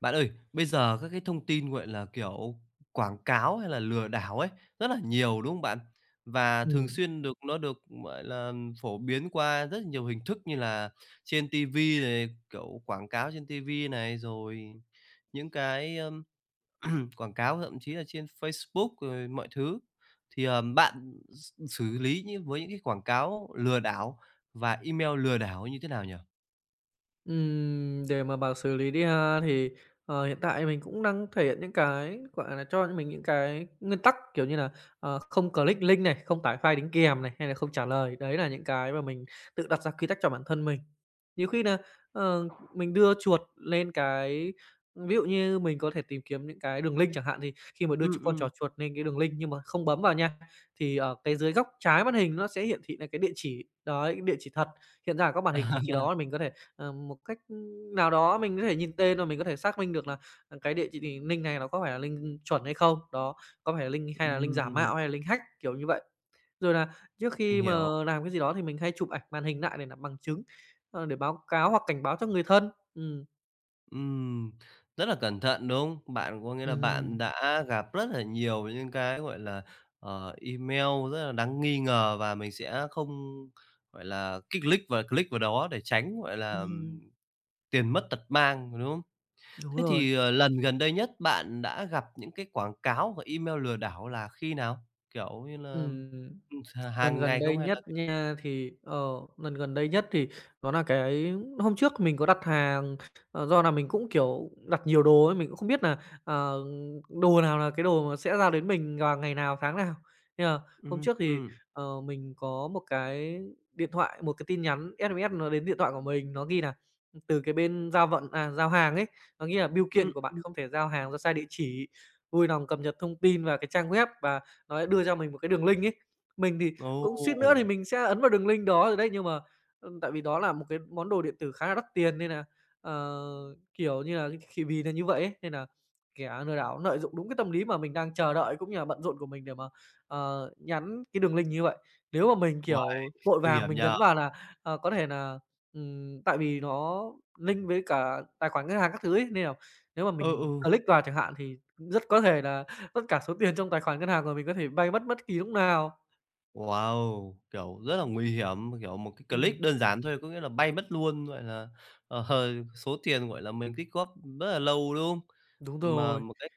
Bạn ơi, bây giờ các cái thông tin, gọi là, kiểu, quảng cáo hay là lừa đảo ấy, rất là nhiều, đúng không bạn? Và thường Ừm, xuyên được nó được, gọi là, phổ biến qua rất nhiều hình thức như là trên ti vi này, kiểu, quảng cáo trên ti vi này, rồi những cái, quảng cáo thậm chí là trên Facebook rồi mọi thứ. Thì, bạn xử lý như với những cái quảng cáo lừa đảo và email lừa đảo như thế nào nhỉ? Để mà bảo xử lý đi ha, thì, hiện tại mình cũng đang thể hiện những cái, gọi là, cho mình những cái nguyên tắc, kiểu như là, không click link này, không tải file đính kèm này, hay là không trả lời. Đấy là những cái mà mình tự đặt ra quy tắc cho bản thân mình. Nhiều khi là mình đưa chuột lên cái ví dụ như mình có thể tìm kiếm những cái đường link chẳng hạn, thì khi mà đưa Ừm, con ừm. trò chuột lên cái đường link nhưng mà không bấm vào nha, thì ở cái dưới góc trái màn hình nó sẽ hiển thị là cái địa chỉ, đấy, địa chỉ thật hiện ra ở góc màn hình, thì khi Ừm, đó mình có thể Ờ, một cách, nào đó mình có thể nhìn tên và mình có thể xác minh được là, à, cái địa chỉ thì link này nó có phải là link chuẩn hay không, đó, có phải là link hay là link giả mạo hay là link hack, kiểu như vậy. Rồi là trước mình khi mà hiểu. làm cái gì đó thì mình hay chụp ảnh màn hình lại để làm bằng chứng, để báo cáo hoặc cảnh báo cho người thân. Ừm. Ừm, rất là cẩn thận, đúng không? Bạn có nghĩa Ừm, là bạn ừm. đã gặp rất là nhiều những cái, gọi là, email rất là đáng nghi ngờ và mình sẽ không, gọi là, click và click vào đó để tránh, gọi là, tiền mất tật mang, đúng không? Đúng Thế rồi. thì, lần gần đây nhất bạn đã gặp những cái quảng cáo và email lừa đảo là khi nào? Kiểu như là, Ừm. ừm, Lần hàng gần ngày đây không hay nhất là nha, thì, lần gần đây nhất thì đó là cái hôm trước mình có đặt hàng, ờ, do là mình cũng, kiểu, đặt nhiều đồ ấy, mình cũng không biết là ờ, đồ nào là cái đồ mà sẽ ra đến mình vào ngày nào, tháng nào. Nhưng mà hôm ừm, trước thì, ừm, mình có một cái điện thoại, một cái tin nhắn SMS nó đến điện thoại của mình, nó ghi là từ cái bên giao vận à, giao hàng ấy, nó ghi là "Bưu ừm. kiện của bạn không thể giao hàng do sai địa chỉ. Vui lòng cập nhật thông tin vào cái trang web" và nó đã đưa cho mình một cái đường link ấy. Mình thì cũng suýt nữa Ồ! thì mình sẽ ấn vào đường link đó rồi đấy, nhưng mà, tại vì đó là một cái món đồ điện tử khá là đắt tiền nên nà, ờ, kiểu như là, thì vì nà như vậy ấy, nên nà kẻ lừa đảo nlợi dụng đúng cái tâm lý mà mình đang chờ đợi cũng như là bận rộn của mình để mà, nhắn cái đường link như vậy. Nếu mà mình, Uầy, kiểu, vội nguy vàng hiểm mình nhỉ? nhấn vào là, có thể nà, tại vì nó link với cả tài khoản ngân hàng các thứ ấy, nên là nếu mà Ừ, mình ừ. click vào chẳng hạn thì rất có thể là tất cả số tiền trong tài khoản ngân hàng của mình có thể bay mất bất kỳ lúc nào. Wow! Kiểu, rất là nguy hiểm, kiểu, một cái click Ừm. đơn giản thôi có nghĩa là bay mất luôn, gọi là, ờ, số tiền, gọi là, mình tích góp rất là lâu, đúng không? Đúng Mà rồi. một cách,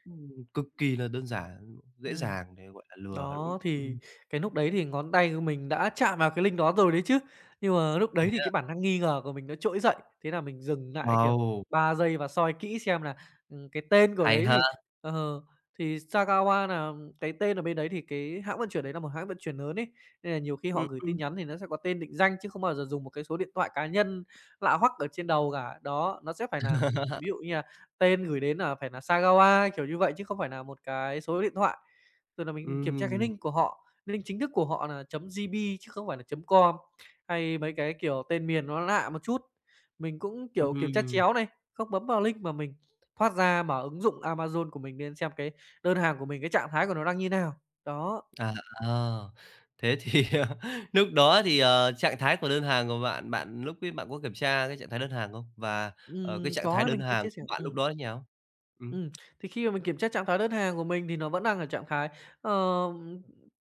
cực kỳ là đơn giản, dễ Ừm, dàng để, gọi là, lừa, đúng không? đó, thì Ừm. cái lúc đấy thì ngón tay của mình đã chạm vào cái link đó rồi đấy chứ. Nhưng mà lúc đấy thì cái bản năng nghi ngờ của mình nó trỗi dậy, thế là mình dừng lại, kiểu, Wow! 3 giây và soi kỹ xem là, cái tên của Hay đấy ha! thì ờ, thì Sagawa là cái tên ở bên đấy thì cái hãng vận chuyển đấy là một hãng vận chuyển lớn ấy, nên là nhiều khi họ Ừm, gửi tin ừm. nhắn thì nó sẽ có tên định danh chứ không bao giờ dùng một cái số điện thoại cá nhân lạ hoắc ở trên đầu cả. Đó, nó sẽ phải là, ví dụ như là tên gửi đến là phải là Sagawa, kiểu như vậy, chứ không phải là một cái số điện thoại. Rồi là mình kiểm tra cái Ừm, link của họ, link chính thức của họ là chấm .gb chứ không phải là chấm .com, hay mấy cái, kiểu, tên miền nó lạ một chút. Mình cũng, kiểu, kiểm tra ừm. chéo này, không bấm vào link mà mình thoát ra mở ứng dụng Amazon của mình lên xem cái đơn hàng của mình, cái trạng thái của nó đang như nào. Đó, À, à. Thế thì lúc đó thì, trạng thái của đơn hàng của bạn, bạn lúc ấy bạn có kiểm tra cái trạng thái đơn hàng không? Và, cái trạng thái có đơn mình sẽ hàng chia sẻ. của bạn lúc Ừm. đó thế nào? Ừm, thì khi mà mình kiểm tra trạng thái đơn hàng của mình thì nó vẫn đang ở trạng thái, ờ,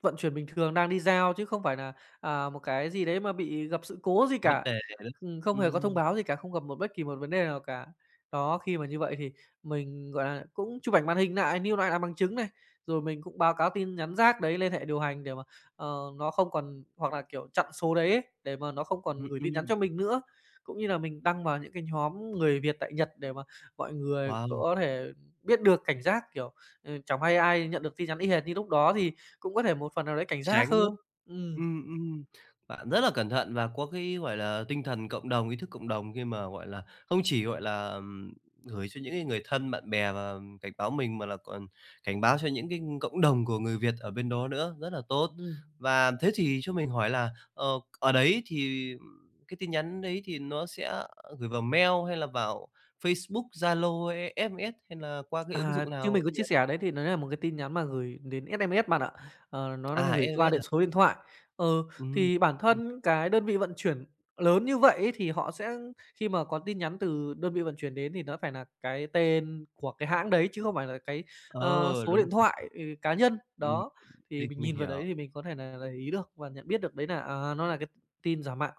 vận chuyển bình thường, đang đi giao chứ không phải là, à, một cái gì đấy mà bị gặp sự cố gì Vấn cả. đề đấy. Không hề có thông Ừm, báo gì cả, không gặp một bất kỳ một vấn đề nào cả. Đó, khi mà như vậy thì mình, gọi là, cũng chụp ảnh màn hình nại, lưu lại làm bằng chứng này, rồi mình cũng báo cáo tin nhắn rác đấy lên hệ điều hành để mà, nó không còn hoặc là, kiểu, chặn số đấy ấy, để mà nó không còn ừm, gửi tin nhắn ừm. cho mình nữa. Cũng như là mình đăng vào những cái nhóm người Việt tại Nhật để mà mọi người Wow, có thể biết được cảnh giác, kiểu, ừ, chẳng may ai nhận được tin nhắn y hệt như lúc đó thì cũng có thể một phần nào đấy cảnh tránh, giác đúng hơn. không? Ừm, Ừm, ừm. Bạn rất là cẩn thận và có cái, gọi là, tinh thần cộng đồng, ý thức cộng đồng khi mà, gọi là, không chỉ, gọi là, gửi cho những cái người thân, bạn bè và cảnh báo mình mà là còn cảnh báo cho những cái cộng đồng của người Việt ở bên đó nữa, rất là tốt. ừm. Và thế thì cho mình hỏi là, ở đấy thì, cái tin nhắn đấy thì nó sẽ gửi vào mail hay là vào Facebook, Zalo hay SMS hay là qua cái ứng À, dụng như nào ở mình có bên chia Nhật? sẻ đấy thì nó là một cái tin nhắn mà gửi đến SMS bạn ạ. Ờ, nó À, đang gửi qua SMS à? số điện thoại. Ờ, Ừm, thì bản ừm, thân cái đơn vị vận chuyển lớn như vậy ấy thì họ sẽ khi mà có tin nhắn từ đơn vị vận chuyển đến thì nó phải là cái tên của cái hãng đấy chứ không phải là cái, ờ, số đúng, điện thoại, ừ, cá nhân. ừm, Đó, thì mình mình mình nhìn vào hiểu. đấy thì mình có thể là để ý được và nhận biết được đấy là, à, nó là cái tin giả mạo.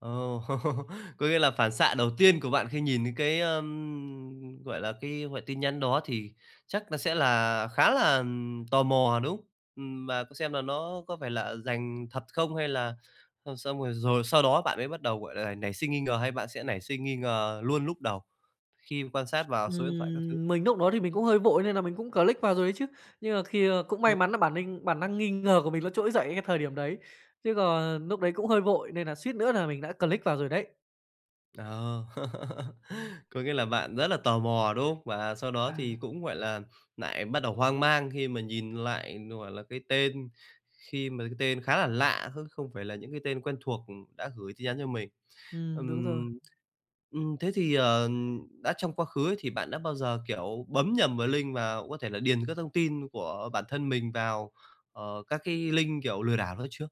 Ờ, có nghĩa là phản xạ đầu tiên của bạn khi nhìn thấy cái, gọi là, cái gọi tin nhắn đó thì chắc là sẽ là khá là, tò mò, đúng không? Và có xem là nó có phải là dành thật không hay là xong rồi rồi sau đó bạn mới bắt đầu, gọi là, nảy sinh nghi ngờ hay bạn sẽ nảy sinh nghi ngờ luôn lúc đầu khi quan sát vào số điện thoại các thứ? Mình lúc đó thì mình cũng hơi vội nên là mình cũng click vào rồi đấy chứ. Nhưng mà khi cũng Ừ. may mắn là bản năng nghi ngờ của mình nó trỗi dậy cái thời điểm đấy, chứ còn lúc đấy cũng hơi vội nên là suýt nữa là mình đã click vào rồi đấy. Ờ. Có nghĩa là bạn rất là tò mò, đúng không? Và sau đó thì Ừm, cũng, gọi là, nại bắt đầu hoang mang khi mà nhìn lại, gọi là, cái tên khi mà cái tên khá là lạ, hơn, không phải là những cái tên quen thuộc, đã gửi tin nhắn cho mình. Đúng rồi. Ừm, thế thì, đã trong quá khứ ấy thì bạn đã bao giờ, kiểu, bấm nhầm vào link và có thể là điền các thông tin của bản thân mình vào, các cái link, kiểu, lừa đảo đó chưa?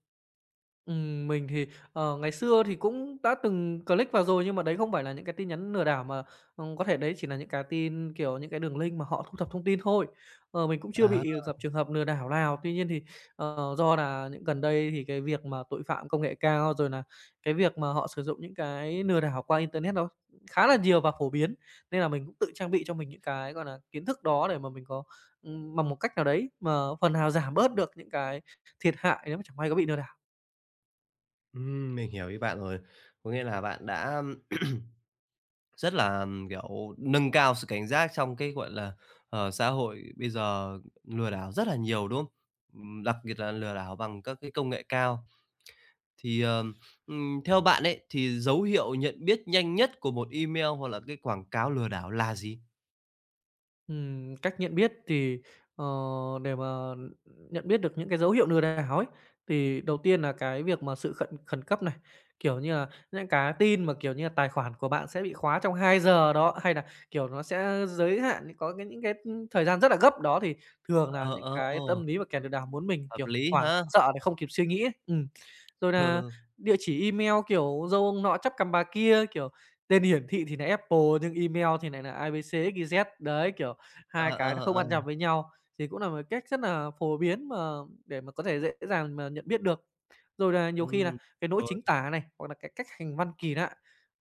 Mình thì, ngày xưa thì cũng đã từng click vào rồi, nhưng mà đấy không phải là những cái tin nhắn lừa đảo mà, có thể đấy chỉ là những cái tin, kiểu, những cái đường link mà họ thu thập thông tin thôi. Ờ, mình cũng chưa Á, bị gặp trường hợp lừa đảo nào. Tuy nhiên thì, do là những gần đây thì cái việc mà tội phạm công nghệ cao, rồi là cái việc mà họ sử dụng những cái lừa đảo qua internet nó khá là nhiều và phổ biến, nên là mình cũng tự trang bị cho mình những cái, gọi là, kiến thức đó để mà mình có bằng một cách nào đấy mà phần nào giảm bớt được những cái thiệt hại nếu mà chẳng may có bị lừa đảo. Mình hiểu ý bạn rồi. Có nghĩa là bạn đã rất là, kiểu, nâng cao sự cảnh giác trong cái, gọi là, xã hội bây giờ lừa đảo rất là nhiều, đúng không? Đặc biệt là lừa đảo bằng các cái công nghệ cao. Thì, theo bạn ấy, thì dấu hiệu nhận biết nhanh nhất của một email hoặc là cái quảng cáo lừa đảo là gì? Cách nhận biết thì, ờ, để mà nhận biết được những cái dấu hiệu lừa đảo ấy, thì đầu tiên là cái việc mà sự khẩn khẩn cấp này, kiểu như là, những cái tin mà, kiểu như là, tài khoản của bạn sẽ bị khóa trong 2 giờ đó, hay là, kiểu, nó sẽ giới hạn có cái những cái, thời gian rất là gấp đó, thì thường là Ờ, những ờ, cái tâm lý mà kẻ lừa đảo muốn mình, hợp kiểu, lý hoảng ha? sợ để không kịp suy nghĩ ấy. Rồi là Ừ, địa chỉ email, kiểu, dâu ông nọ trắp cằm bà kia, kiểu, tên hiển thị thì là Apple nhưng email thì nại nà ABC, XYZ, đấy, kiểu ờ, Hai cái ờ, nó không ờ, ăn nhập với nhau thì cũng là một cách rất là phổ biến mà để mà có thể dễ dàng mà nhận biết được. Rồi là nhiều khi là ừm, cái lỗi rồi. chính tả này, hoặc là cái cách hành văn kỳ lạ,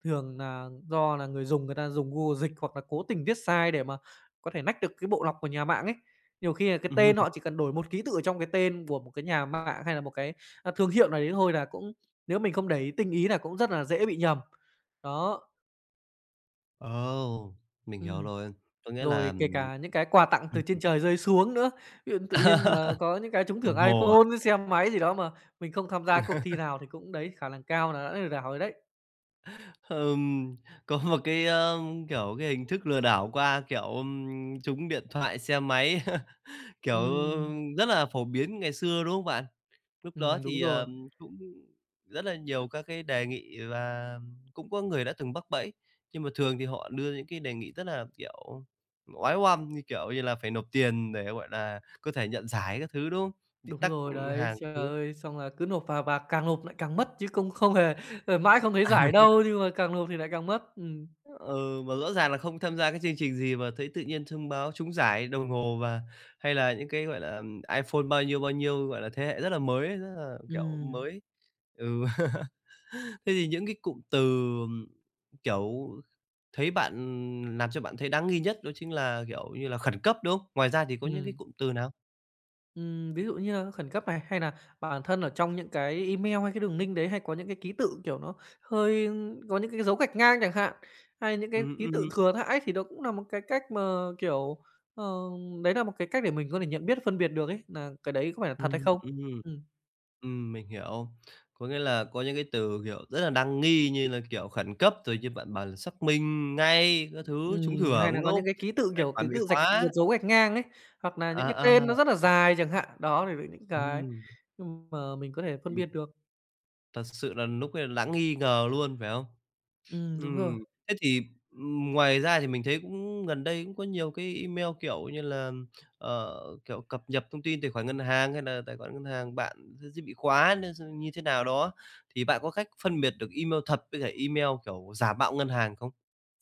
thường là do là người ta dùng Google Dịch hoặc là cố tình viết sai để mà có thể lách được cái bộ lọc của nhà mạng ấy. Nhiều khi là cái tên họ chỉ cần đổi một ký tự ở trong cái tên của một cái nhà mạng hay là một cái, a, thương hiệu nào đấy thôi là cũng nếu mình không để ý tinh ý là cũng rất là dễ bị nhầm. Đó, Ồ, mình hiểu ừm. rồi, có nghĩa là, Rồi kể cả những cái quà tặng từ trên trời rơi xuống nữa. Ví dụ tự nhiên mà có những cái trúng đồng thưởng hồ à? iPhone, xe máy gì đó mà mình không tham gia cuộc thi nào thì cũng đấy, khả năng cao là đã lừa đảo rồi đấy. Ừm, có một cái, kiểu, cái hình thức lừa đảo qua, kiểu, trúng điện thoại, xe máy, kiểu, Ừm, rất là phổ biến ngày xưa, đúng không bạn? Lúc đó ừm, đúng thì, rồi, cũng rất là nhiều các cái đề nghị và cũng có người đã từng mắc bẫy, nhưng mà thường thì họ đưa những cái đề nghị rất là, kiểu, oái oăm, như kiểu như là phải nộp tiền để, gọi là, có thể nhận giải các thứ, đúng không? Bị đúng tắc, rồi đấy. hàng các Trời thứ. ơi, xong là cứ nộp vào và càng nộp lại càng mất chứ không không hề, mãi không thấy giải đâu, nhưng mà càng nộp thì lại càng mất. Ừ, mà rõ ràng là không tham gia cái chương trình gì mà thấy tự nhiên thông báo trúng giải đồng hồ và hay là những cái, gọi là, iPhone bao nhiêu, gọi là, thế hệ rất là mới, rất là, kiểu, ừm, mới. Ừ. Thế thì những cái cụm từ, ừm, kiểu, thấy bạn làm cho bạn thấy đáng nghi nhất đó chính là, kiểu như là, khẩn cấp, đúng không? Ngoài ra thì có những cái ừm. cụm từ nào? Ví dụ như là khẩn cấp này, hay là bản thân ở trong những cái email hay cái đường link đấy hay có những cái ký tự, kiểu, nó hơi có những cái dấu gạch ngang chẳng hạn, hay những cái Ừm, ký tự ừm, thừa thãi thì đó cũng là một cái cách mà, kiểu, ờ, đấy là một cái cách để mình có thể nhận biết, phân biệt được ấy, nà cái đấy có phải là thật hay ừm, không. ừm. Ừm, Mình hiểu. Có nghĩa là có những cái từ, kiểu, rất là đáng nghi như là, kiểu, khẩn cấp, rồi như bạn bảo là xác minh ngay các thứ, trúng ừm, hay thưởng, là đúng có không? những cái ký tự, Tài kiểu, ký khoản bị tự rạch khóa. gạch dấu gạch ngang ấy, hoặc là những cái À, à, tên nó rất là dài chẳng hạn, đó, thì là những cái, ừm, mà mình có thể phân ừm, biệt được. thật sự là lúc ấy là đáng nghi ngờ luôn, phải không? Đúng rồi. Ừm, thế thì, ngoài ra thì mình thấy cũng gần đây cũng có nhiều cái email, kiểu như là, ờ, kiểu, cập nhật thông tin tài khoản ngân hàng hay là tài khoản ngân hàng bạn sẽ bị khóa nên như thế nào đó, thì bạn có cách phân biệt được email thật với cả email, kiểu, giả mạo ngân hàng không?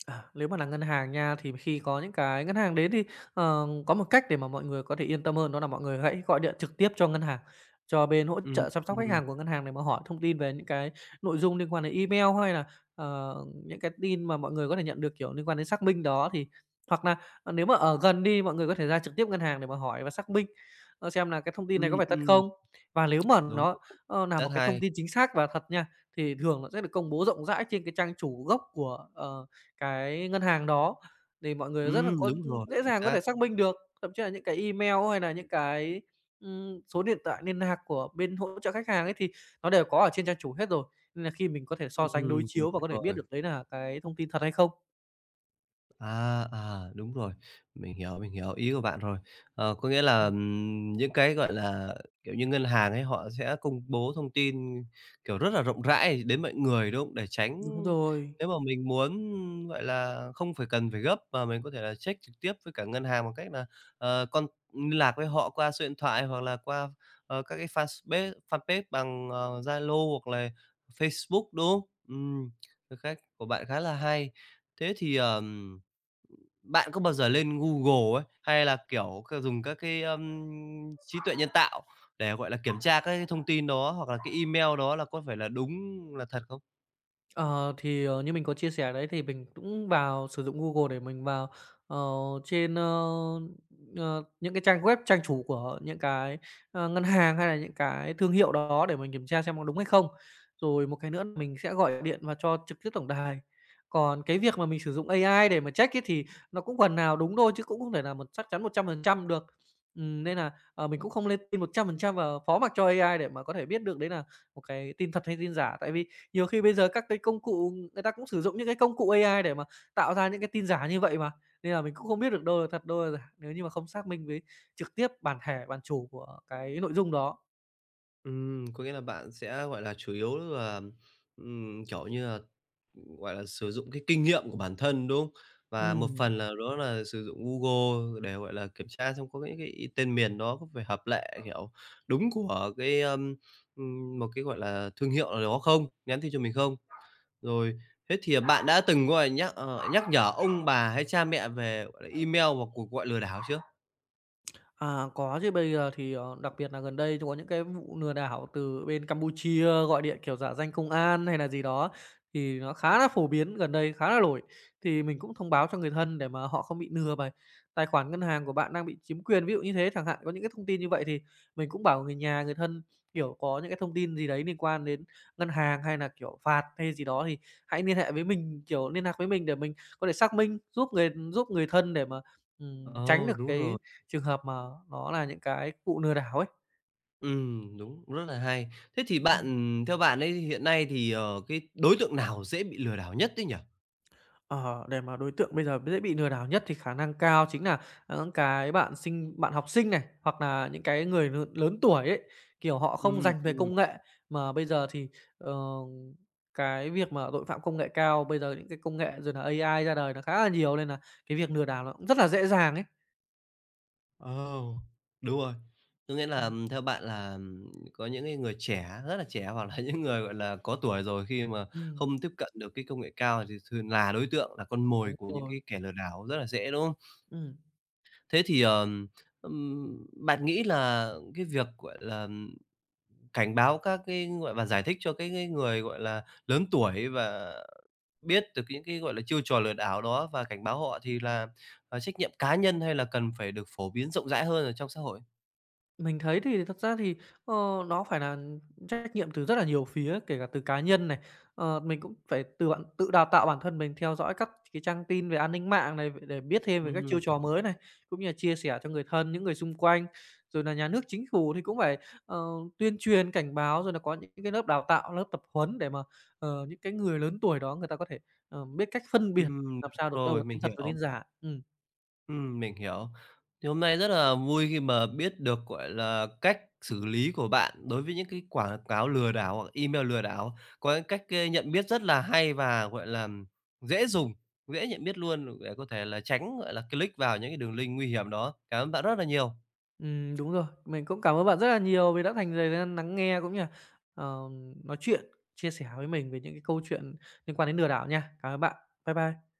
À, nếu mà là ngân hàng nha, thì khi có những cái ngân hàng đến thì, có một cách để mà mọi người có thể yên tâm hơn, đó là mọi người hãy gọi điện trực tiếp cho ngân hàng, cho bên hỗ Ừm, trợ chăm sóc khách ừm, hàng của ngân hàng để mà hỏi thông tin về những cái nội dung liên quan đến email hay là, ờ, những cái tin mà mọi người có thể nhận được, kiểu, liên quan đến xác minh đó thì hoặc là, nếu mà ở gần đi, mọi người có thể ra trực tiếp ngân hàng để mà hỏi và xác minh, xem là cái thông tin này ừm, có phải thật ừm, không. Và nếu mà đúng nó, rồi, nà rất một cái hay. thông tin chính xác và thật nha, thì thường nó sẽ được công bố rộng rãi trên cái trang chủ gốc của, cái ngân hàng đó thì mọi người rất là có Đúng rồi, dễ chính dàng có xác. thể xác minh được, thậm chí là những cái email hay là những cái, số điện thoại liên lạc của bên hỗ trợ khách hàng ấy thì nó đều có ở trên trang chủ hết rồi, nên là khi mình có thể so sánh đối Đúng chiếu và có thể biết rồi. được đấy là cái thông tin thật hay không. À, à, đúng rồi, mình hiểu ý của bạn rồi. Ờ, có nghĩa là, Ừm, những cái, gọi là, kiểu như, ngân hàng ấy, họ sẽ công bố thông tin, kiểu, rất là rộng rãi đến mọi người, đúng không? Để tránh đúng rồi. nếu mà mình muốn, gọi là, không phải cần phải gấp mà mình có thể là check trực tiếp với cả ngân hàng bằng cách là, ờ, con liên lạc với họ qua số điện thoại hoặc là qua, các cái fanpage fanpage bằng, Zalo hoặc là Facebook, đúng không? Ừm, cái cách của bạn khá là hay. Thế thì, bạn có bao giờ lên Google ấy, hay là, kiểu, dùng các cái, trí tuệ nhân tạo để, gọi là, kiểm tra các cái thông tin đó hoặc là cái email đó là có phải là đúng là thật không? Ờ, thì, như mình có chia sẻ đấy thì mình cũng vào sử dụng Google để mình vào, ờ, trên, những cái trang web, trang chủ của những cái, ngân hàng hay là những cái thương hiệu đó để mình kiểm tra xem có đúng hay không. Rồi một cái nữa là mình sẽ gọi điện và cho trực tiếp tổng đài. Còn cái việc mà mình sử dụng AI để mà check ấy thì nó cũng phần nào đúng thôi chứ cũng không thể là chắc chắn 100% được. Nên là, mình cũng không lên tin 100% và phó mặc cho AI để mà có thể biết được đấy là một cái tin thật hay tin giả. Tại vì nhiều khi bây giờ các cái công cụ người ta cũng sử dụng những cái công cụ AI để mà tạo ra những cái tin giả như vậy mà, nên là mình cũng không biết được đâu là thật, đâu là giả nếu như mà không xác minh với trực tiếp bản thể, bản chủ của cái nội dung đó. Có nghĩa là bạn sẽ, gọi là, chủ yếu là, kiểu như là, gọi là, sử dụng cái kinh nghiệm của bản thân, đúng không? Và một Ừm. phần là đó là sử dụng Google để, gọi là, kiểm tra xem có những cái tên miền đó có phải hợp lệ, kiểu, đúng của cái, một cái, gọi là, thương hiệu nào đó không, nhắn tin cho mình không? Rồi, thế thì, à, bạn đã từng, gọi là, nhắc nhở ông bà hay cha mẹ về, gọi là, email và cuộc gọi lừa đảo chưa? À, có chứ, bây giờ thì, đặc biệt là gần đây có những cái vụ lừa đảo từ bên Campuchia gọi điện, kiểu, giả danh công an hay là gì đó, thì nó khá là phổ biến gần đây, khá là nổi. Thì mình cũng thông báo cho người thân để mà họ không bị lừa và tài khoản ngân hàng của bạn đang bị chiếm quyền, ví dụ như thế chẳng hạn. Có những cái thông tin như vậy thì mình cũng bảo người nhà, người thân, kiểu, có những cái thông tin gì đấy liên quan đến ngân hàng hay là kiểu, phạt hay gì đó thì hãy liên hệ với mình, kiểu, liên lạc với mình để mình có thể xác minh, giúp người thân để mà, tránh Ờ, được đúng rồi. cái trường hợp mà nó là những cái vụ lừa đảo ấy. Đúng, rất là hay. Thế thì Ừm. bạn theo bạn ấy, hiện nay thì, cái đối tượng nào dễ bị lừa đảo nhất ấy nhỉ? Ờ, để mà đối tượng bây giờ dễ bị lừa đảo nhất thì khả năng cao chính là những cái bạn học sinh này, hoặc là những cái người lớn lớn tuổi ấy, kiểu, họ không Ừm, dành về ừm, công nghệ. Mà bây giờ thì, ờ, cái việc mà tội phạm công nghệ cao, bây giờ những cái công nghệ rồi là AI ra đời nó khá là nhiều nên là cái việc lừa đảo nó cũng rất là dễ dàng ấy. ờ, đúng rồi. Có nghĩa là Ừm. theo bạn là có những cái người trẻ, rất là trẻ hoặc là những người, gọi là, có tuổi rồi khi mà Ừm, không tiếp cận được cái công nghệ cao thì thường là đối tượng, là con mồi đúng của những rồi, cái kẻ lừa đảo rất là dễ, đúng không? ừm. Thế thì, bạn nghĩ là cái việc, gọi là, cảnh báo các cái, gọi và giải thích cho cái người, gọi là, lớn tuổi và biết được những cái, gọi là, chiêu trò lừa đảo đó và cảnh báo họ thì là, à, trách nhiệm cá nhân hay là cần phải được phổ biến rộng rãi hơn ở trong xã hội? Mình thấy thì thật ra thì, ờ, nó phải là trách nhiệm từ rất là nhiều phía, kể cả từ cá nhân này, mình cũng phải từ bạn tự đào tạo bản thân mình, theo dõi các cái trang tin về an ninh mạng này, để biết thêm về các Ừm, chiêu trò mới này, cũng như là chia sẻ cho người thân, những người xung quanh. Rồi là nhà nước, chính phủ thì cũng phải, ờ, tuyên truyền, cảnh báo, rồi là có những cái lớp đào tạo, lớp tập huấn để mà, những cái người lớn tuổi đó người ta có thể, biết cách phân biệt ừm, làm đúng sao được đâu rồi, là tin mình thật và hiểu. tin giả. Ừm. Mình hiểu. Thì hôm nay rất là vui khi mà biết được, gọi là, cách xử lý của bạn đối với những cái quảng cáo lừa đảo hoặc email lừa đảo, có những cách, nhận biết rất là hay và, gọi là, dễ dùng, dễ nhận biết luôn để có thể là tránh, gọi là, click vào những cái đường link nguy hiểm đó. Cảm ơn bạn rất là nhiều. Đúng rồi. Mình cũng cảm ơn bạn rất là nhiều vì đã dành thời gian lắng nghe cũng như là, ờ, nói chuyện, chia sẻ với mình về những cái câu chuyện liên quan đến lừa đảo nha. Cảm ơn bạn. Bye bye.